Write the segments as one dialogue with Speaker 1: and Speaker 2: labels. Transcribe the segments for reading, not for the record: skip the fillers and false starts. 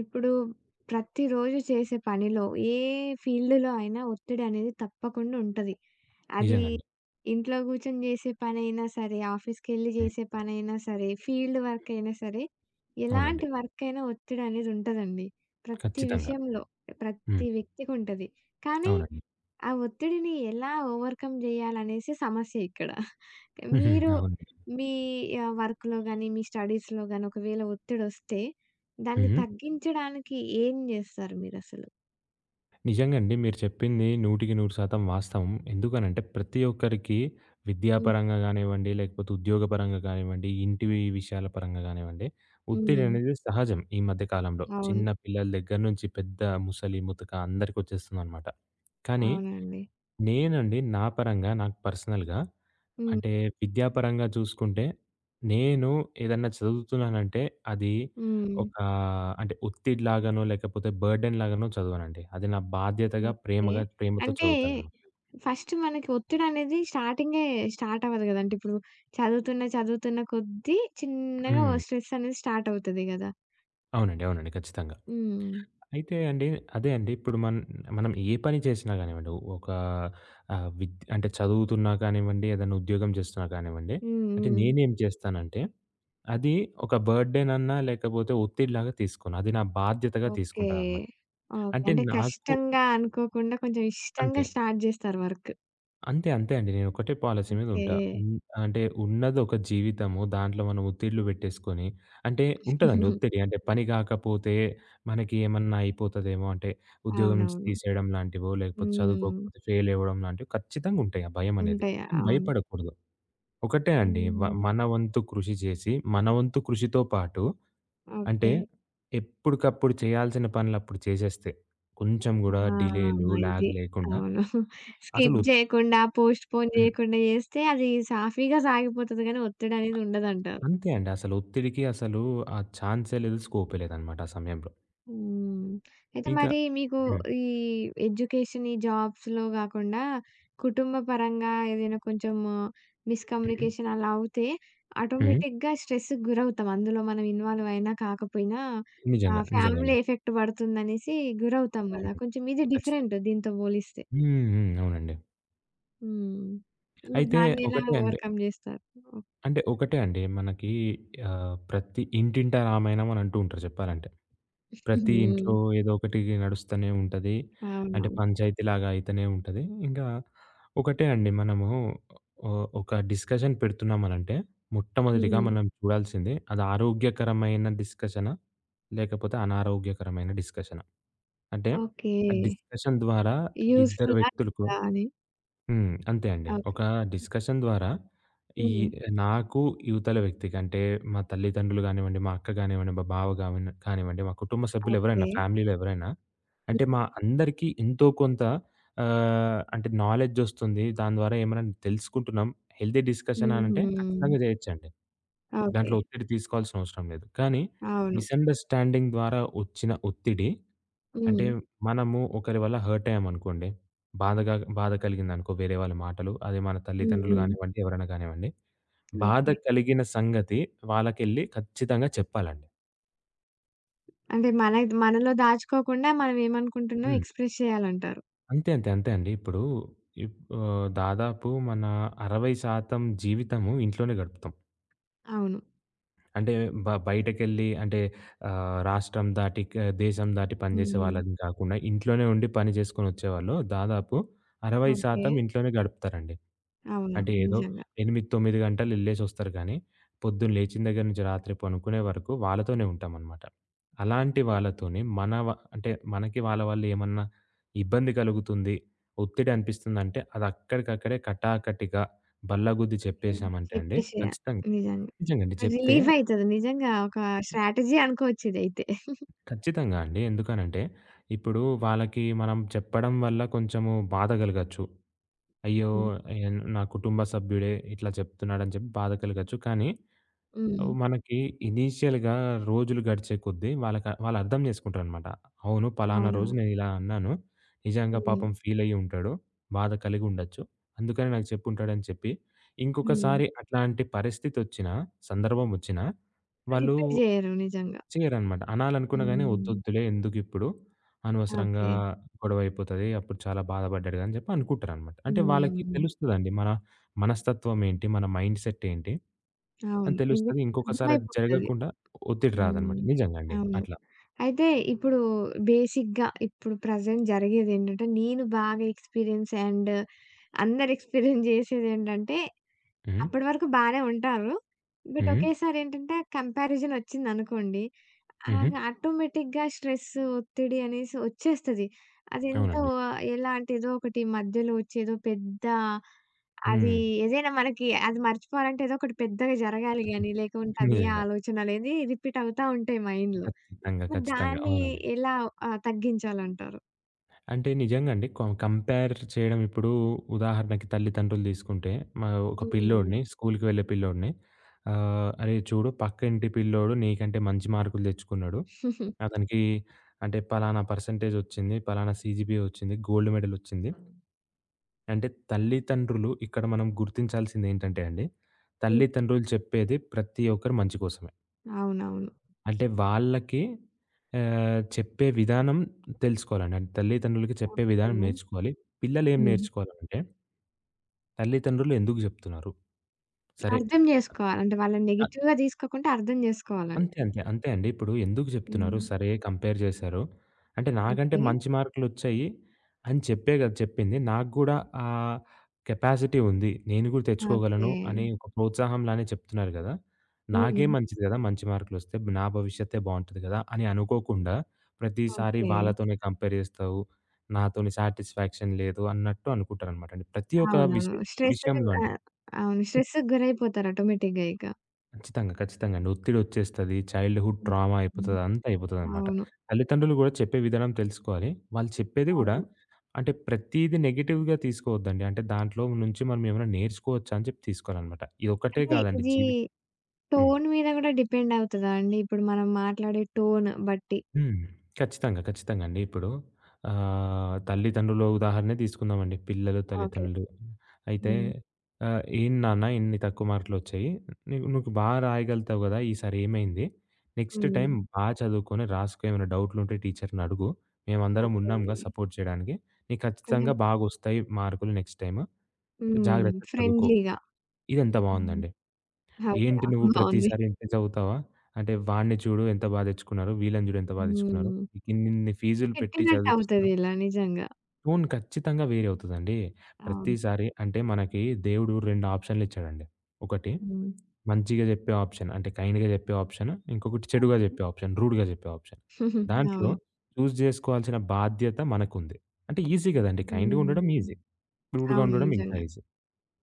Speaker 1: ఇప్పుడు ప్రతిరోజు చేసే పనిలో ఏ ఫీల్డ్‌లో అయినా ఒత్తిడనేది తప్పకుండా ఉంటది. అది
Speaker 2: నిజంగండి.
Speaker 1: ఇంట్లో కూర్చొని చేసే పనైనా సరే, ఆఫీస్‌కెళ్ళి
Speaker 2: హ్మ్.
Speaker 1: చేసే పనైనా సరే, ఫీల్డ్ వర్క్ అయినా సరే,
Speaker 2: అవునండి.
Speaker 1: ఎలాంటి వర్క్ అయినా ఒత్తిడనేది ఉంటదండి. ప్రతి
Speaker 2: ఖచ్చితంగా.
Speaker 1: విషయంలో, ప్రతి
Speaker 2: హ్మ్.
Speaker 1: వ్యక్తికుంటది. కానీ
Speaker 2: అవునండి.
Speaker 1: ఆ ఒత్తిడిని ఎలా ఓవర్‌కమ్ జేయాలనేసి సమస్య ఇక్కడ.
Speaker 2: హుహు.
Speaker 1: మీరు
Speaker 2: అవునండి.
Speaker 1: మీ వర్క్‌లో గాని, మీ స్టడీస్‌లో గాని ఒకవేళ ఒత్తిడొస్తే దాన్ని
Speaker 2: హ్మ్.
Speaker 1: తగ్గించడానికి ఏం జేస్తారు మీరసలు?
Speaker 2: నిజంగండి, మీరు చెప్పింది 100% వాస్తవం. ఎందుకనంటే ప్రతి ఒక్కరికి
Speaker 1: హ్మ్.
Speaker 2: విద్యాపరంగా గానివ్వండి, లేకపోతే ఉద్యోగపరంగా కానివ్వండి, ఇంటి విషయాల పరంగా గానివ్వండి, ఒత్తిడి
Speaker 1: హ్మ్.
Speaker 2: అనేది సహజం ఈ మధ్య కాలంలో.
Speaker 1: అవును.
Speaker 2: చిన్న పిల్లల దగ్గర నుంచి పెద్ద, ముసలి, ముతక అందరికొచ్చేస్తుందనమాట. కానీ
Speaker 1: అవునండి.
Speaker 2: నేనండి నా పరంగా నాకు పర్సనల్‌గా
Speaker 1: హ్మ్.
Speaker 2: అంటే విద్యాపరంగా చూసుకుంటే, నేను ఏదన్నా చదువుతున్నానంటే అది
Speaker 1: హ్మ్.
Speaker 2: ఒక అంటే ఒత్తిడిలాగానో, లేకపోతే బర్డెన్‌లాగానో చదవనండి. అది నా బాధ్యతగా,
Speaker 1: ఓకే.
Speaker 2: ప్రేమగా ప్రేమతో
Speaker 1: అంటే
Speaker 2: చదువుతాననమాట.
Speaker 1: ఫస్ట్ మనకి ఒత్తిడనేది స్టార్టింగే స్టార్ట్ అవ్వదు గదండీ! ఇప్పుడు చదువుతున్న కొద్దీ చిన్నగా ఓ
Speaker 2: హ్మ్.
Speaker 1: స్ట్రెస్ అనేది స్టార్ట్ అవుతది గదా!
Speaker 2: అవునండి. అవునండి. ఖచ్చితంగా.
Speaker 1: హ్మ్.
Speaker 2: అయితే అండి, అదే అండి. ఇప్పుడు మనం ఏ పని చేసినా గానివ్వండి, ఒక విద్ అంటే చదువుతున్నా కానివ్వండి, ఏదైనా ఉద్యోగం చేస్తున్నా కానివ్వండి,
Speaker 1: హ్మ్.
Speaker 2: అంటే
Speaker 1: హ్మ్.
Speaker 2: నేనేం చేస్తానంటే, అది ఒక బర్డెనన్నా లేకపోతే ఒత్తిడిలాగా తీసుకోను. అది నా బాధ్యతగా
Speaker 1: ఓకే.
Speaker 2: తీసుకుంటాననమాట.
Speaker 1: ఓకే.
Speaker 2: అంటే
Speaker 1: అంటే
Speaker 2: నాకు
Speaker 1: కష్టంగా అనుకోకుండా కొంచెం
Speaker 2: అంతే.
Speaker 1: ఇష్టంగా స్టార్ట్ జేస్తారు వర్క్.
Speaker 2: అంతే. అంతే అండి. నేనొకటే పాలిసీ మీద
Speaker 1: ఓకే.
Speaker 2: ఉంటా. అంటే ఉన్నదొక జీవితము. దాంట్లో మనం ఒత్తిడులు పెట్టేసుకొని అంటే ఉంటదండి ఒత్తిడి. అంటే పని గాకపోతే మనకి ఏమన్నా అయిపోతదేమో అంటే ఉద్యోగం నుంచి
Speaker 1: అవునవును.
Speaker 2: తీసేయడం లాంటివో, లేకపోతే
Speaker 1: హ్మ్.
Speaker 2: చదువుకోకపోతే ఫెయిల్ అవ్వడం లాంటివి ఖచ్చితంగుంటాయి ఆ భయమనేది.
Speaker 1: ఉంటాయి.
Speaker 2: కానీ
Speaker 1: అవును.
Speaker 2: భయపడకూడదు. ఒకటే అండి,
Speaker 1: హ్మ్.
Speaker 2: మన వంతు కృషి చేసి, మన వంతు కృషితో పాటు అంటే
Speaker 1: ఓకే.
Speaker 2: ఎప్పటికప్పుడు చేయాల్సిన పనులప్పుడు చేసేస్తే కొంచెం గూడా
Speaker 1: ఆ!
Speaker 2: డిలేలు, లాగ్
Speaker 1: ఇది.
Speaker 2: లేకుండా
Speaker 1: అవును. స్కిప్
Speaker 2: అసలు
Speaker 1: జేయకుండా, పోస్ట్‌పోన్ జేయకుండా జేస్తే అది సాఫీగా సాగిపోతది గానీ ఒత్తిడనేది ఉండదంటారు.
Speaker 2: అంతే అండి. అసలు ఒత్తిడికి అసలు ఆ ఛాన్సే లేదు, స్కోపే లేదనమాట ఆ సమయంలో.
Speaker 1: హ్మ్. అయితే
Speaker 2: ఇంకా
Speaker 1: మరి మీకు
Speaker 2: హ్మ్.
Speaker 1: ఈ ఎడ్యుకేషన్, ఈ జాబ్స్‌లో గాకుండా కుటుంబ పరంగా ఏదైనా కొంచెం
Speaker 2: హ్మ్.
Speaker 1: మిస్‌కమ్యూనికేషన్ అలా అవుతే
Speaker 2: హ్మ్.
Speaker 1: ఆటోమేటిక్‌గా స్ట్రెస్‌కి గురవుతాం. అందులో మనం ఇన్వాల్వ్ అయినా కాకపోయినా
Speaker 2: నిజంగా. నిజంగా
Speaker 1: ఫ్యామిలీ
Speaker 2: అండి.
Speaker 1: ఎఫెక్ట్ పడుతుందనేసి గురవుతాం గదా!
Speaker 2: అవునండి.
Speaker 1: కొంచెం ఇది
Speaker 2: ఖచ్చితంగా.
Speaker 1: డిఫరెంట్ దీంతో పోలిస్తే.
Speaker 2: హ్మ్. హ్మ్. అవునండి.
Speaker 1: హ్మ్. మరి
Speaker 2: అయితే
Speaker 1: దాన్నెలా
Speaker 2: ఒకటే అండి.
Speaker 1: ఓవర్‌కమ్ జేస్తారు? ఓకే.
Speaker 2: అంటే ఒకటే అండి. మనకి ప్రతి ఇంటింట రామాయణం అని అంటూ ఉంటారు చెప్పాలంటే. ప్రతి ఇంట్లో
Speaker 1: హుహు.
Speaker 2: ఏదో ఒకటి నడుస్తూనే ఉంటది. అంటే
Speaker 1: అవునవును.
Speaker 2: పంచాయతీలాగా అయితేనే ఉంటది. ఇంకా ఒకటే అండి, మనము ఒ ఒక డిస్కషన్ పెడుతున్నామనంటే మొట్టమొదటిగా
Speaker 1: హ్మ్.
Speaker 2: మనం చూడాల్సింది, అది ఆరోగ్యకరమైన డిస్కషనా? లేకపోతే అనారోగ్యకరమైన డిస్కషనా? అంటే
Speaker 1: ఓకే.
Speaker 2: ఆ డిస్కషన్ ద్వారా ఇద్దరు
Speaker 1: యూజ్‌ఫులా?
Speaker 2: వ్యక్తులకు
Speaker 1: లేదా అని.
Speaker 2: హ్మ్. అంతే అండి.
Speaker 1: ఓకే.
Speaker 2: ఒక డిస్కషన్ ద్వారా ఈ
Speaker 1: హ్మ్.
Speaker 2: నాకు, ఇవతల వ్యక్తికి అంటే మా తల్లిదండ్రులు గానివ్వండి, మా అక్క గానివ్వండి, మా బావ కానివ్వండి, మా కుటుంబ సభ్యులు
Speaker 1: ఓకే.
Speaker 2: ఎవరైనా, ఫ్యామిలీలో ఎవరైనా
Speaker 1: హ్మ్.
Speaker 2: అంటే మా అందరికీ ఎంతో కొంత అంటే నాలెడ్జ్ ఒస్తుంది. దాని ద్వారా ఏమైనా తెలుసుకుంటున్నాం. హెల్తీ డిస్కషన్ అనంటే
Speaker 1: హుహు.
Speaker 2: ఖచ్చితంగా జేయొచ్చండి.
Speaker 1: ఓకే.
Speaker 2: దాంట్లో ఒత్తిడి తీసుకోవాల్సిన అవసరం లేదు. కానీ
Speaker 1: అవును.
Speaker 2: మిస్‌అండర్‌స్టాండింగ్ ద్వారా ఒచ్చిన ఒత్తిడి అంటే
Speaker 1: హ్మ్.
Speaker 2: మనము ఒకరి వల్ల హర్ట్ అయ్యామనుకోండి. బాధగా బాధ కలిగిందనుకో వేరే వాళ్ళ మాటలు. అది మన
Speaker 1: హ్మ్.
Speaker 2: తల్లిదండ్రులు
Speaker 1: హ్మ్.
Speaker 2: గానివ్వండి, ఎవరైనా గానివ్వండి. బాధ
Speaker 1: ఓకే.
Speaker 2: కలిగిన సంగతి వాళ్ళకెళ్లి ఖచ్చితంగా చెప్పాలండి.
Speaker 1: అంటే మనలో దాచుకోకుండా మనం ఏమనుకుంటున్నామో
Speaker 2: హ్మ్.
Speaker 1: ఎక్స్‌ప్రెస్ చేయాలంటారు.
Speaker 2: అంతే, అంతే, అంతే అండి. ఇప్పుడు దాదాపు మన 60% జీవితము ఇంట్లోనే గడుపుతాం.
Speaker 1: అవును.
Speaker 2: అంటే బయటకెళ్ళి అంటే రాష్ట్రం దాటి, దేశం దాటి
Speaker 1: హ్మ్.
Speaker 2: పనిచేసే
Speaker 1: హ్మ్.
Speaker 2: వాళ్ళని కాకుండా ఇంట్లోనే ఉండి పని జేసుకొనొచ్చేవాళ్ళు దాదాపు
Speaker 1: ఓకే.
Speaker 2: 60% ఇంట్లోనే గడుపుతారండి. అంటే
Speaker 1: అవునవును.
Speaker 2: ఏదో
Speaker 1: నిజంగా.
Speaker 2: 8, 9 గంటలెళ్ళేసొస్తారు గానీ, పొద్దున్న లేచిన దగ్గర నుంచి రాత్రి పనుకునే వరకు వాళ్ళతోనే ఉంటామనమాట. అలాంటి వాళ్ళతోని మన వ అంటే మనకి వాళ్ళ వల్ల ఏమన్నా ఇబ్బంది కలుగుతుంది, ఒత్తిడి అనిపిస్తుందంటే అదక్కడికక్కడే కటాకటిగా బల్లగుద్ది
Speaker 1: హ్మ్.
Speaker 2: చెప్పేసామంటే అండి,
Speaker 1: చెప్పేసేయాలి.
Speaker 2: ఖచ్చితంగా
Speaker 1: నిజంగా.
Speaker 2: నిజంగండి. చెప్తే
Speaker 1: రిలీఫ్ అయితది. నిజంగా ఒక స్ట్రాటజీ అనుకోవచ్చు ఇదైతే.
Speaker 2: ఖచ్చితంగా అండి. ఎందుకనంటే, ఇప్పుడు వాళ్ళకి మనం చెప్పడం వల్ల కొంచెము బాధ కలగచ్చు. అయ్యో!
Speaker 1: హ్మ్.
Speaker 2: నా కుటుంబ సభ్యుడే ఇట్లా చెప్తున్నాడని చెప్పి బాధ కలగచ్చు. కానీ
Speaker 1: హ్మ్.
Speaker 2: మనకి ఇనీషియల్‌గా రోజులు గడిచే కొద్దీ వాళ్ళు అర్థం చేసుకుంటారనమాట. అవును, పలానా
Speaker 1: అవునవును.
Speaker 2: రోజు నేను ఇలా అన్నాను. నిజంగా
Speaker 1: హ్మ్.
Speaker 2: పాపం ఫీల్ అయ్యి ఉంటాడు. బాధ కలిగి ఉండొచ్చు. అందుకని నాకు చెప్పుంటాడని చెప్పి,
Speaker 1: హ్మ్.
Speaker 2: ఇంకొకసారి అట్లాంటి పరిస్థితొచ్చినా, సందర్భం వచ్చినా వాళ్ళు
Speaker 1: రిపీట్ చేయరు నిజంగా.
Speaker 2: చేయరనమాట. అనాలనుకున్నా గాని,
Speaker 1: హ్మ్.
Speaker 2: "ఒద్దొద్దులే, ఎందుకిప్పుడు? అనవసరంగా
Speaker 1: ఓకే.
Speaker 2: గొడవ అయిపోతది. అప్పుడు చాలా బాధపడ్డాడు గదా!" అని జెప్పి అనుకుంటారనమాట. అంటే వాళ్ళకి
Speaker 1: హ్మ్.
Speaker 2: తెలుస్తదండి. మనస్తత్వం ఏంటి? మన మైండ్ సెట్ ఏంటి?
Speaker 1: అవును.
Speaker 2: అని
Speaker 1: నిజంగా
Speaker 2: తెలుస్తది. ఇంకొకసారి అది
Speaker 1: అర్థమైపోతది.
Speaker 2: జరగకుండా ఒత్తిడి రాదనమాట.
Speaker 1: హ్మ్.
Speaker 2: నిజంగా అండి.
Speaker 1: అవును.
Speaker 2: అట్లా.
Speaker 1: అయితే ఇప్పుడు బేసిక్‌గా ఇప్పుడు ప్రెజెంట్ జరిగేదేంటంటే, నేను బాగా ఎక్స్‌పీరియన్స్ అండ్ అందరూ ఎక్స్‌పీరియన్స్ జేసేదేంటంటే,
Speaker 2: హ్మ్.
Speaker 1: అప్పటి వరకు బానే ఉంటారు. బట్
Speaker 2: హ్మ్.
Speaker 1: ఒకేసారేంటంటే, కంపారిజన్ ఒచ్చిందనుకోండి,
Speaker 2: హుహు.
Speaker 1: ఆటోమేటిక్‌గా స్ట్రెస్సు, ఒత్తిడి అనేసి ఒచ్చేస్తది. అదెంతో
Speaker 2: అవునండి.
Speaker 1: ఎలాంటి ఏదో ఒకటి మధ్యలో ఒచ్చేదో పెద్ద అది
Speaker 2: హ్మ్.
Speaker 1: ఏదైనా మనకి అది మర్చిపోవాలంటే ఏదో ఒకటి పెద్దగా జరగాలి గానీ, లేకుంటే అదే
Speaker 2: నిజంగా.
Speaker 1: ఆలోచనలేది రిపీట్ అవుతా ఉంటాయి మైండ్‌లో.
Speaker 2: ఖచ్చితంగా.
Speaker 1: మరి
Speaker 2: ఖచ్చితంగా.
Speaker 1: దాన్ని
Speaker 2: అవునండి.
Speaker 1: ఎలా తగ్గించాలంటారు?
Speaker 2: అంటే నిజంగా అండి. కంపేర్ చేయడం ఇప్పుడు ఉదాహరణకి తల్లిదండ్రులు తీసుకుంటే, మా ఒక
Speaker 1: హ్మ్.
Speaker 2: స్కూలుకి వెళ్ళే పిల్లోడిని "అరేయ్! చూడు, పక్క ఇంటి పిల్లోడు నీకంటే మంచి మార్కులు తెచ్చుకున్నాడు. అతనికి అంటే పలానా పర్సెంటేజ్ వచ్చింది. పలానా సీజీపీఏ వచ్చింది. గోల్డ్ మెడల్ వచ్చింది." అంటే తల్లిదండ్రులు, ఇక్కడ మనం గుర్తించాల్సిందేంటంటే అండి,
Speaker 1: హ్మ్.
Speaker 2: తల్లిదండ్రులు చెప్పేది ప్రతి ఒక్కరి మంచి కోసమే.
Speaker 1: అవునవును.
Speaker 2: అంటే వాళ్ళకి చెప్పే విధానం తెలుసుకోవాలండి. అంటే తల్లిదండ్రులకి చెప్పే విధానం
Speaker 1: ఓకే.
Speaker 2: నేర్చుకోవాలి. పిల్లలేం
Speaker 1: హ్మ్.
Speaker 2: నేర్చుకోవాలంటే, తల్లిదండ్రులు ఎందుకు జెప్తున్నారు? సరే
Speaker 1: అర్థం జేసుకోవాలి. అంటే వాళ్ళని నెగెటివ్‌గా తీసుకోకుండా అర్థం జేసుకోవాలంట.
Speaker 2: అంతే. అంతే. అంతే అండి. ఇప్పుడు ఎందుకు జెప్తున్నారు?
Speaker 1: హ్మ్.
Speaker 2: సరే కంపేర్ జేశారు. అంటే నాకంటే
Speaker 1: ఓకే.
Speaker 2: మంచి మార్కులొచ్చాయి అని చెప్పే గదా! చెప్పింది. నాకు గూడా ఆ కెపాసిటీ ఉంది. నేను గూడా తెచ్చుకోగలను
Speaker 1: ఓకే.
Speaker 2: అని ఒక ప్రోత్సాహంలానే చెప్తున్నారు గదా! నాకే
Speaker 1: హ్మ్.
Speaker 2: మంచిది గదా! మంచి మార్కులొస్తే. నా భవిష్యత్తే బావుంటది గదా! అని అనుకోకుండా ప్రతిసారి
Speaker 1: ఓకే.
Speaker 2: వాళ్ళతోనే కంపేర్ జేస్తావు. నాతోని సాటిస్ఫాక్షన్ లేదు అన్నట్టు అనుకుంటారనమాట అండి. ప్రతి ఒక్క
Speaker 1: అవునవును. స్ట్రెస్
Speaker 2: విషయంలో అండి.
Speaker 1: ఆహ్, అవును. స్ట్రెస్‌కి గురైపోతారు ఆటోమేటిక్‌గా ఇక.
Speaker 2: ఖచ్చితంగా. ఖచ్చితంగాండి. ఒత్తిడొచ్చేస్తది. చైల్డ్‌హుడ్
Speaker 1: హ్మ్.
Speaker 2: ట్రామా
Speaker 1: హ్మ్.
Speaker 2: అయిపోతది. అంతా అయిపోతదనమాట.
Speaker 1: అవును.
Speaker 2: తల్లిదండ్రులు గూడా చెప్పే విధానం తెలుసుకోవాలి. వాళ్ళు చెప్పేది గూడా
Speaker 1: అవును.
Speaker 2: అంటే ప్రతీది నెగెటివ్‌గా తీసుకోవద్దండి. అంటే దాంట్లో నుంచి మనం ఏమైనా నేర్చుకోవచ్చా అని చెప్పి తీసుకోవాలనమాట. ఇదొక్కటే
Speaker 1: అంటే
Speaker 2: కాదండి
Speaker 1: ఇది
Speaker 2: జీవితం. హ్మ్.
Speaker 1: టోన్ మీద గూడా డిపెండ్ అవుతదా అండి? ఇప్పుడు మనం మాట్లాడే టోన్ బట్టి.
Speaker 2: హ్మ్. ఖచ్చితంగా. ఖచ్చితంగా అండి. ఇప్పుడు తల్లిదండ్రుల ఉదాహరణే తీసుకుందామండి. పిల్లలు,
Speaker 1: ఓకే.
Speaker 2: తల్లిదండ్రులు. అయితే
Speaker 1: హ్మ్.
Speaker 2: "ఏం నాన్న, ఇన్ని తక్కువ మార్కులొచ్చాయి. నీకు నువ్వు బా రాయగలుగుతావు గదా! ఈసారి ఏమైంది? నెక్స్ట్
Speaker 1: హ్మ్.
Speaker 2: టైమ్ బా చదువుకొని రాసుకో. ఏమైనా డౌట్లుంటే టీచర్‌ని అడుగు. మేమందరం
Speaker 1: ఓకే.
Speaker 2: ఉన్నాంగా సపోర్ట్ చేయడానికి. నీకు
Speaker 1: కొంచెం
Speaker 2: ఖచ్చితంగా బాగొస్తాయి మార్కులు నెక్స్ట్ టైమ్.
Speaker 1: హ్మ్.
Speaker 2: జాగ్రత్తగా చదువుకో."
Speaker 1: ఫ్రెండ్లీగా.
Speaker 2: ఇదెంత
Speaker 1: హ్మ్.
Speaker 2: బావుందండి.
Speaker 1: ఓకే.
Speaker 2: ఏంటి నువ్వు
Speaker 1: అవును. బావుంది.
Speaker 2: ప్రతిసారి ఇంతే చదువుతావా? అంటే వాడిని చూడు ఎంత బా తెచ్చుకున్నారు, వీళ్ళని చూడు ఎంత బా తెచ్చుకున్నారు.
Speaker 1: హ్మ్.
Speaker 2: ఇన్నిన్ని ఫీజులు పెట్టి చదివిపిస్తున్నాం.
Speaker 1: పెట్టినట్టవుతది ఇలా నిజంగా.
Speaker 2: టోన్ ఖచ్చితంగా వేరీ అవుతదండి.
Speaker 1: అవును.
Speaker 2: ప్రతిసారి అంటే మనకి దేవుడు 2 ఆప్షన్‌లు ఇచ్చాడండి. ఒకటి
Speaker 1: హ్మ్.
Speaker 2: మంచిగా చెప్పే ఆప్షన్ అంటే కైండ్‌గా చెప్పే ఆప్షన్. ఇంకొకటి చెడుగా చెప్పే ఆప్షన్, రూడ్‌గా చెప్పే ఆప్షన్. దాంట్లో
Speaker 1: అవును.
Speaker 2: చూజ్ జేసుకోవాల్సిన బాధ్యత మనకుంది. అంటే ఈజీ గదండీ. కైండ్‌గా ఉండడం
Speaker 1: హ్మ్.
Speaker 2: ఈజీ. రూడ్‌గా
Speaker 1: అవును.
Speaker 2: ఉండడం ఇంకా
Speaker 1: నిజంగా.
Speaker 2: ఈజీ.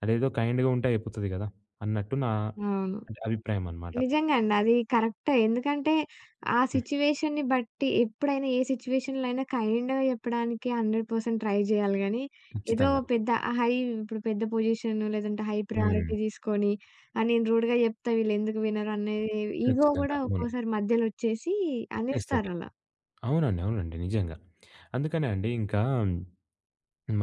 Speaker 2: అదేదో కైండ్‌గా ఉంటే అయిపోతది గదా! అన్నట్టు నా
Speaker 1: అవును.
Speaker 2: అంటే అభిప్రాయం అన్నమాట.
Speaker 1: నిజంగా అండి. అది కరెక్టే. ఎందుకంటే, ఆ
Speaker 2: హ్మ్.
Speaker 1: సిట్యుయేషన్‌ని బట్టి ఎప్పుడైనా ఏ సిట్యుయేషన్‌లో అయినా కైండ్‌గా చెప్పడానికి 100% ట్రై చేయాలి గానీ, ఏదో
Speaker 2: ఖచ్చితంగా.
Speaker 1: పెద్ద హై ఇప్పుడు పెద్ద పొజిషన్ లేదంటే హై
Speaker 2: హ్మ్.
Speaker 1: ప్రయారిటీ తీసుకొని, ఆ నేను రూడ్‌గా చెప్తా వీళ్ళెందుకు వినరు అనే ఈగో
Speaker 2: ఖచ్చితంగా.
Speaker 1: గూడా
Speaker 2: అవును.
Speaker 1: ఒక్కోసారి మధ్యలో వచ్చేసి
Speaker 2: వచ్చేస్తది.
Speaker 1: అనేస్తారలా.
Speaker 2: అవునండి. అవునండి. నిజంగా. అందుకనే అండి ఇంకా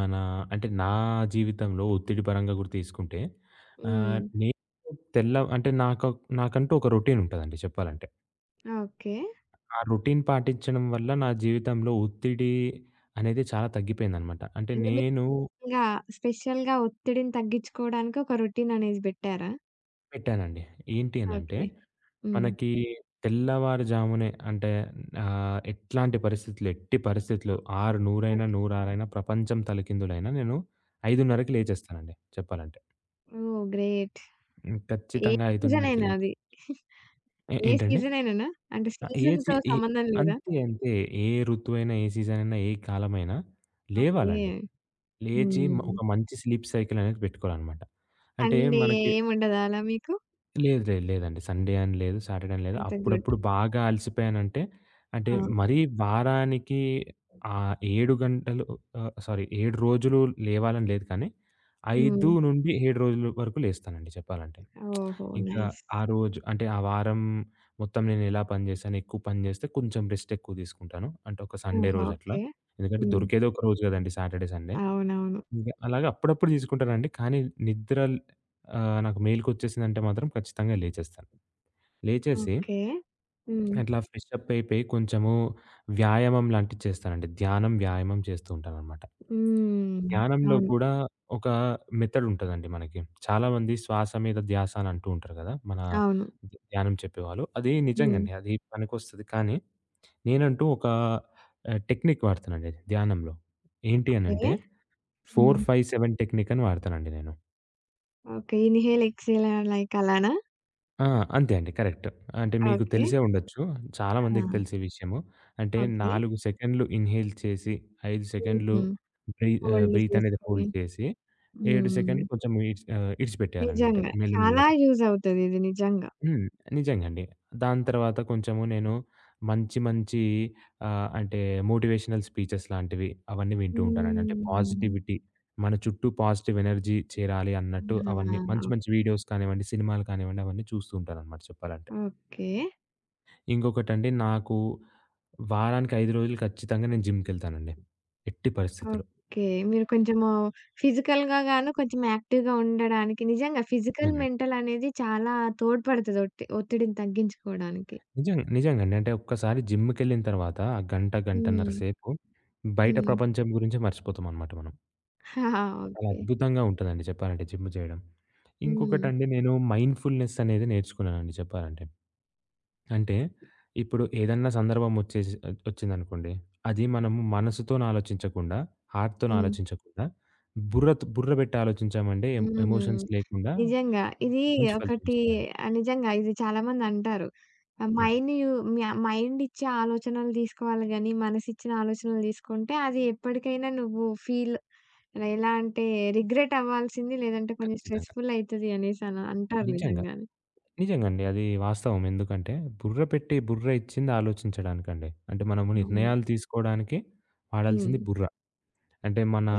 Speaker 2: మన అంటే నా జీవితంలో ఒత్తిడి పరంగా కూడా తీసుకుంటే
Speaker 1: హ్మ్.
Speaker 2: నేను తెల్ల అంటే నాకు నాకంటూ ఒక రొటీన్ ఉంటదండి చెప్పాలంటే.
Speaker 1: ఓకే.
Speaker 2: ఆ రొటీన్ పాటించడం వల్ల నా జీవితంలో ఒత్తిడి అనేది చాలా తగ్గిపోయిందనమాట. అంటే
Speaker 1: అంటే మీరు
Speaker 2: నేను
Speaker 1: ఇంగా స్పెషల్‌గా ఒత్తిడిని తగ్గించుకోవడానికి ఒక రొటీన్ అనేది పెట్టారా?
Speaker 2: పెట్టానండి. ఏంటి అనంటే,
Speaker 1: ఓకే. హ్మ్.
Speaker 2: మనకి తెల్లవారుజామునే అంటే ఎట్టి పరిస్థితులు 6:00, 100
Speaker 1: ఓకే.
Speaker 2: 106 ప్రపంచం తలకిందులైనా నేను 5:30కి లేచేస్తానండి చెప్పాలంటే.
Speaker 1: ఓహ్! గ్రేట్.
Speaker 2: హ్మ్.
Speaker 1: ఏ
Speaker 2: ఖచ్చితంగా
Speaker 1: సీజన్
Speaker 2: 5:30కి
Speaker 1: అయినా
Speaker 2: లే
Speaker 1: అది.
Speaker 2: ఏ
Speaker 1: ఏ
Speaker 2: ఏంటండి?
Speaker 1: సీజనైననా? అంటే
Speaker 2: ఆహ్, ఏ సి
Speaker 1: సీజన్‌తో
Speaker 2: ఏ
Speaker 1: సంబంధం లేదా?
Speaker 2: అంతే అంతే. ఏ ఋతువైనా, ఏ సీజన్ అయినా, ఏ కాలమైనా
Speaker 1: ఓకే.
Speaker 2: లేవాలండి. లేచి
Speaker 1: హ్మ్.
Speaker 2: ఒక మంచి స్లీప్ సైకిల్ అనేది పెట్టుకోవాలనమాట. అంటే
Speaker 1: సండే
Speaker 2: మనకి
Speaker 1: ఏముండదా అలా మీకు?
Speaker 2: లేదు. లేదు. లేదండి. సండే అని లేదు. సాటర్డే అని లేదు.
Speaker 1: అయితే గుడ్.
Speaker 2: అప్పుడప్పుడు బాగా అలసిపోయానంటే
Speaker 1: ఆ!
Speaker 2: అంటే మరీ వారానికి ఆహ్, 7 గంటలు ఆహ్, సారీ 7 రోజులు లేవాలని లేదు కానీ
Speaker 1: హ్మ్.
Speaker 2: 5-7 రోజుల వరకు లేస్తానండి చెప్పాలంటే.
Speaker 1: ఓహో!
Speaker 2: ఇంకా
Speaker 1: నైస్.
Speaker 2: ఆ రోజు అంటే ఆ వారం మొత్తం నేను ఎలా పని చేశాను, ఎక్కువ పని చేస్తే కొంచెం రెస్ట్ ఎక్కువ తీసుకుంటాను. అంటే ఒక సండే
Speaker 1: ఆహా!
Speaker 2: రోజు అట్లా.
Speaker 1: ఓకే.
Speaker 2: ఎందుకంటే
Speaker 1: హ్మ్.
Speaker 2: దొరికేది ఒక రోజు కదండీ, సాటర్డే, సండే.
Speaker 1: అవునవును.
Speaker 2: ఇంక అలాగే అప్పుడప్పుడు తీసుకుంటానండి. కానీ నిద్ర నాకు మేలుకొచ్చేసిందంటే మాత్రం ఖచ్చితంగా లేచేస్తాను. లేచేసి
Speaker 1: ఓకే. హ్మ్.
Speaker 2: అట్లా ఫ్రెషప్ అయిపోయి కొంచెము వ్యాయామం లాంటిది చేస్తానండి. ధ్యానం, వ్యాయామం చేస్తూ ఉంటాననమాట.
Speaker 1: హ్మ్.
Speaker 2: ధ్యానంలో
Speaker 1: అవును.
Speaker 2: కూడా ఒక మెథడ్ ఉంటదండి మనకి. చాలామంది శ్వాస మీద ధ్యాస అని అంటూ ఉంటారు కదా! మన
Speaker 1: అవును.
Speaker 2: ధ్యానం చెప్పేవాళ్ళు. అది
Speaker 1: హ్మ్.
Speaker 2: నిజంగండి. అది పనికొస్తది. కానీ నేనంటూ ఒక టెక్నిక్ వాడతానండి ధ్యానంలో. ఏంటి
Speaker 1: ఓకే.
Speaker 2: అనంటే
Speaker 1: హ్మ్.
Speaker 2: 4, 5, 7 టెక్నిక్ అని వాడతానండి నేను.
Speaker 1: ఓకే. ఇన్‌హేల్, ఎక్స్‌హేల్ లైక్ అలానా?
Speaker 2: ఆ! అంతే అండి. కరెక్ట్. అంటే మీకు
Speaker 1: ఓకే.
Speaker 2: తెలిసే ఉండొచ్చు. చాలా
Speaker 1: ఆ!
Speaker 2: మందికి తెలిసే విషయము. అంటే
Speaker 1: ఓకే.
Speaker 2: 4 సెకండ్లు ఇన్‌హేల్ చేసి, 5 సెకండ్లు
Speaker 1: హ్మ్. హోల్డ్
Speaker 2: బ్రీత్ అనేది
Speaker 1: చేసుకొని.
Speaker 2: హోల్డ్ చేసి, 7
Speaker 1: హ్మ్.
Speaker 2: సెకండ్లు కొంచెం ఇడిచిపెట్టేయాలండి అంటే
Speaker 1: నిజంగా. చాలా
Speaker 2: మెల్లమెల్లగా.
Speaker 1: యూజ్ అవుతది ఇది నిజంగా.
Speaker 2: హ్మ్. నిజంగా అండి. దాని తర్వాత కొంచెము నేను మంచి మంచి అంటే మోటివేషనల్ స్పీచెస్ లాంటివి అవన్నీ వింటూ ఉంటానండి. అంటే
Speaker 1: హ్మ్.
Speaker 2: పాజిటివిటీ, మన చుట్టూ పాజిటివ్ ఎనర్జీ చేరాలి అన్నట్టు అవన్నీ
Speaker 1: ఆహా!
Speaker 2: మంచి మంచి వీడియోస్ కానివ్వండి, సినిమాలు కానివ్వండి అవన్నీ చూస్తూ ఉంటాననమాట చెప్పాలంటే.
Speaker 1: ఓకే.
Speaker 2: ఇంకొకటండి, నాకు వారానికి 5 రోజులు ఖచ్చితంగా నేను జిమ్‌కెళ్తానండి, ఎట్టి పరిస్థితిలో.
Speaker 1: ఓకే. మీరు కొంచెము ఫిజికల్‌గా గాను కొంచెం యాక్టివ్‌గా ఉండడానికి నిజంగా ఫిజికల్,
Speaker 2: హ్మ్.
Speaker 1: మెంటల్ అనేది చాలా తోడ్పడతది ఒత్తిడిని తగ్గించుకోవడానికి.
Speaker 2: నిజంగా నిజంగండి. అంటే ఒక్కసారి జిమ్‌కెళ్ళిన తర్వాత ఆ గంట, గంటన్నర
Speaker 1: హ్మ్.
Speaker 2: సేపు బయట
Speaker 1: హ్మ్.
Speaker 2: ప్రపంచం గురించే మర్చిపోతామనమాట మనం. చాలా
Speaker 1: ఓకే.
Speaker 2: అద్భుతంగా ఉంటదండి చెప్పాలంటే జిమ్ జేయడం.
Speaker 1: హ్మ్.
Speaker 2: ఇంకొకటండి, నేను మైండ్‌ఫుల్‌నెస్ అనేది నేర్చుకున్నానండి చెప్పాలంటే. అంటే ఇప్పుడు ఏదన్నా సందర్భం వచ్చేసి వచ్చిందనుకోండి. అది మనము మనసుతోని ఆలోచించకుండా, హార్ట్‌తోని
Speaker 1: హ్మ్.
Speaker 2: ఆలోచించకుండా బుర్ర పెట్టి ఆలోచించామంటే
Speaker 1: హ్మ్.
Speaker 2: ఎమోషన్స్ లేకుండా
Speaker 1: నిజంగా. ఇది
Speaker 2: మంచి
Speaker 1: ఒకటి
Speaker 2: ఫలితమొస్తదండి.
Speaker 1: నిజంగా ఇది చాలామందంటారు. ఆహ్,
Speaker 2: హ్మ్.
Speaker 1: మైండ్ యు మ్య మైండ్ ఇచ్చే ఆలోచనలు తీసుకోవాలి గానీ, మనసిచ్చిన ఆలోచనలు తీసుకుంటే అది ఎప్పటికైనా నువ్వు ఫీల్ ఎలా అంటే రిగ్రెట్ అవ్వాల్సింది లేదంటే కొంచెం
Speaker 2: ఖచ్చితంగా.
Speaker 1: స్ట్రెస్‌ఫుల్ అయితది అనేసి అని అంటారు
Speaker 2: నిజంగా.
Speaker 1: నిజంగానే.
Speaker 2: నిజంగండి. అది వాస్తవం. ఎందుకంటే, బుర్ర పెట్టి, బుర్ర ఇచ్చింది ఆలోచించడానికండి. అంటే మనము
Speaker 1: అవును.
Speaker 2: నిర్ణయాలు తీసుకోవడానికి
Speaker 1: హ్మ్.
Speaker 2: వాడాల్సింది బుర్ర. అంటే మన
Speaker 1: ఓకే.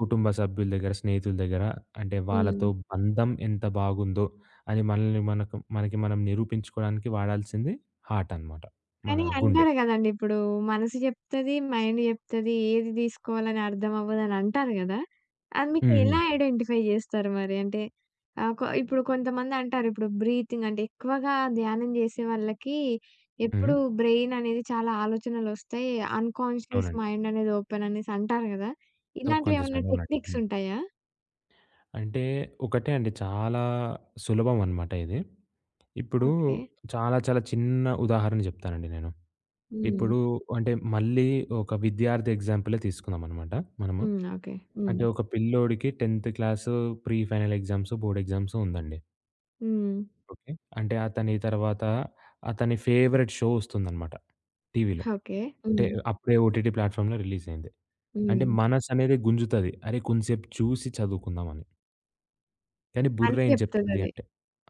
Speaker 2: కుటుంబ సభ్యుల దగ్గర, స్నేహితుల దగ్గర అంటే
Speaker 1: హ్మ్.
Speaker 2: వాళ్ళతో బంధం ఎంత బాగుందో అని మనల్ని మనకు మనకి మనం నిరూపించుకోవడానికి వాడాల్సింది హార్ట్ అనమాట. మన
Speaker 1: కానీ
Speaker 2: గుండె.
Speaker 1: అంటారు గదండీ! ఇప్పుడు మనసు జెప్తది, మైండ్ జెప్తది. ఏది దీసుకోవాలని అర్థం అవ్వదని అంటారు గదా! అది మీకు
Speaker 2: హ్మ్.
Speaker 1: ఎలా
Speaker 2: హ్మ్.
Speaker 1: ఐడెంటిఫై జేస్తారు మరి? అంటే ఆహ్, కొ ఇప్పుడు కొంతమంది అంటారు ఇప్పుడు బ్రీతింగ్ అంటే ఎక్కువగా ధ్యానం జేసే వాళ్ళకి
Speaker 2: హ్మ్.
Speaker 1: ఎప్పుడు బ్రెయిన్ అనేది చాలా ఆలోచనలొస్తాయి. అన్‌కాన్షియస్
Speaker 2: అవునండి.
Speaker 1: మైండ్ అనేది ఓపెన్ అనేసి అంటారు గదా!
Speaker 2: సెల్ఫ్
Speaker 1: ఇలాంటివి
Speaker 2: కాన్షియస్
Speaker 1: ఏమన్నా
Speaker 2: మైండ్. అవునండి.
Speaker 1: టెక్నిక్స్
Speaker 2: హ్మ్.
Speaker 1: ఉంటాయా?
Speaker 2: అంటే ఒకటే అండి, చాలా సులభం అనమాట ఇది. ఇప్పుడు
Speaker 1: ఓకే.
Speaker 2: చాలా చాలా చిన్న ఉదాహరణ చెప్తానండి నేను.
Speaker 1: హ్మ్.
Speaker 2: ఇప్పుడు అంటే మళ్ళీ ఒక విద్యార్థి ఎగ్జాంపులే తీసుకుందాం అనమాట మనము.
Speaker 1: హ్మ్. ఓకే. హ్మ్.
Speaker 2: అంటే ఒక పిల్లోడికి 10థ్ class pre final exams, board exams ఉందండి.
Speaker 1: హ్మ్.
Speaker 2: ఓకే. అంటే అతని ఫేవరెట్ షో వస్తుందనమాట టీవీలో.
Speaker 1: ఓకే.
Speaker 2: అంటే
Speaker 1: హ్మ్.
Speaker 2: అప్పుడే ఓటీటీ ప్లాట్‌ఫామ్‌లో రిలీజ్ అయింది. అంటే
Speaker 1: హ్మ్.
Speaker 2: మనసనేది గుంజుతది. అరే! కొంసేపు చూసి చదువుకుందామని. కానీ బుర్ర
Speaker 1: మనసు
Speaker 2: ఏం చెప్తది
Speaker 1: జెప్తదది.
Speaker 2: అంటే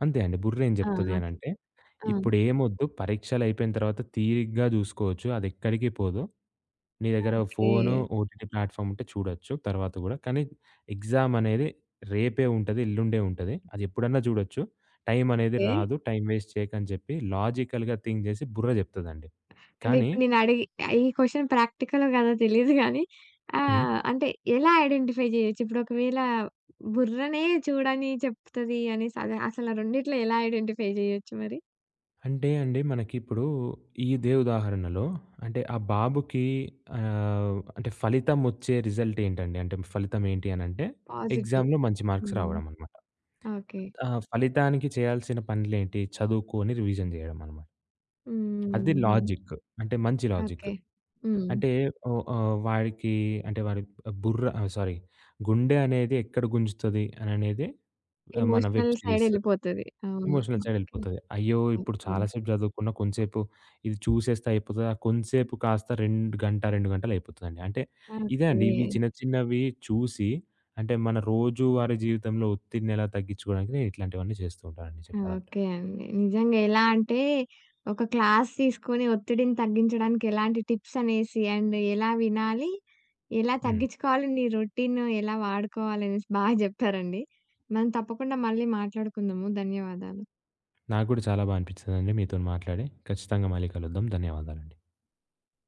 Speaker 2: అంతే అండి. బుర్ర ఏం
Speaker 1: ఆ!
Speaker 2: చెప్తది
Speaker 1: ఓకే.
Speaker 2: అనంటే,
Speaker 1: ఆ!
Speaker 2: ఇప్పుడేమొద్దు, పరీక్షలయిపోయిన తర్వాత తీరిగ్గా జూసుకోవచ్చు. అదెక్కడికి పోదు. నీ దగ్గర
Speaker 1: ఓకే.
Speaker 2: ఫోను, ఓటీటీ ప్లాట్‌ఫామ్ ఉంటే చూడొచ్చు తర్వాత గూడా. కానీ ఎగ్జామ్ అనేది రేపే ఉంటది. ఎల్లుండే ఉంటది. అది ఎప్పుడన్నా జూడొచ్చు. టైం అనేది
Speaker 1: ఓకే.
Speaker 2: రాదు. టైం వేస్ట్ చేయకని జెప్పి లాజికల్‌గా థింక్ జేసి బుర్ర జెప్తదండి.
Speaker 1: అంటే
Speaker 2: కానీ
Speaker 1: ఇప్పుడు నేనడిగి ఈ క్వెషన్ ప్రాక్టికలో కాదో తెలీదు గానీ
Speaker 2: హ్మ్.
Speaker 1: ఆహ్, అంటే ఎలా ఐడెంటిఫై జేయొచ్చు? ఇప్పుడు ఒకవేళ బుర్రనే చూడని చెప్తది అనేసి అదే అసలు ఆ రెండిట్లో ఎలా ఐడెంటిఫై జేయొచ్చు మరి?
Speaker 2: అంటే అండి మనకిప్పుడు ఇదే ఉదాహరణలో అంటే ఆ బాబుకి అంటే ఫలితం వచ్చే రిజల్ట్ ఏంటండి? అంటే ఫలితం ఏంటి అనంటే,
Speaker 1: పాజిటివ్.
Speaker 2: ఎగ్జామ్‌లో మంచి మార్క్స్
Speaker 1: హ్మ్.
Speaker 2: రావడం అనమాట.
Speaker 1: ఓకే.
Speaker 2: ఆ ఫలితానికి చేయాల్సిన పనులేంటి? చదువుకొని రివిజన్ చేయడం అనమాట. అది
Speaker 1: హ్మ్.
Speaker 2: లాజిక్. అంటే మంచి లాజిక్.
Speaker 1: ఓకే. హ్మ్.
Speaker 2: అంటే ఓహ్! వాడికి అంటే వాడి బుర్ర ఆహ్, సారీ గుండె అనేది ఎక్కడ గుంజుతది అననేది మన
Speaker 1: ఎమోషనల్
Speaker 2: వెబ్
Speaker 1: సైడ్
Speaker 2: సిరీస్
Speaker 1: ఎళ్ళిపోతది. అవును.
Speaker 2: Emotional side
Speaker 1: okay.
Speaker 2: ఎళ్ళిపోతది. అయ్యో! ఇప్పుడు
Speaker 1: ఓకే.
Speaker 2: చాలా సేపు చదువుకున్న కొంసేపు ఇది చూసేస్తే అయిపోతది. ఆ కొంసేపు కాస్త 2 గంటలు అయిపోతదండి. అంటే ఇదే అండి,
Speaker 1: ఓకే.
Speaker 2: ఇవి చిన్న చిన్నవి చూసి అంటే మన రోజువారీ జీవితంలో ఒత్తిడిని ఎలా తగ్గించుకోవడానికి నేను ఇట్లాంటివన్నీ చేస్తూ ఉంటానండి చెప్పాలంటే.
Speaker 1: ఓకే అండి. నిజంగా ఎలా అంటే, ఒక క్లాస్ తీసుకొని ఒత్తిడిని తగ్గించడానికి ఎలాంటి టిప్స్ అనేసి, అండ్ ఎలా వినాలి, ఎలా
Speaker 2: హ్మ్.
Speaker 1: తగ్గించుకోవాలి, నీ రొటీన్ ఎలా వాడుకోవాలనేసి బాగా జెప్పారండి. మనం తప్పకుండా మళ్ళీ మాట్లాడుకుందాము. ధన్యవాదాలు.
Speaker 2: నాకు కూడా చాలా బా అనిపించిందండి మీతోని మాట్లాడి. ఖచ్చితంగా మళ్ళీ కలుద్దాం. ధన్యవాదాలండి.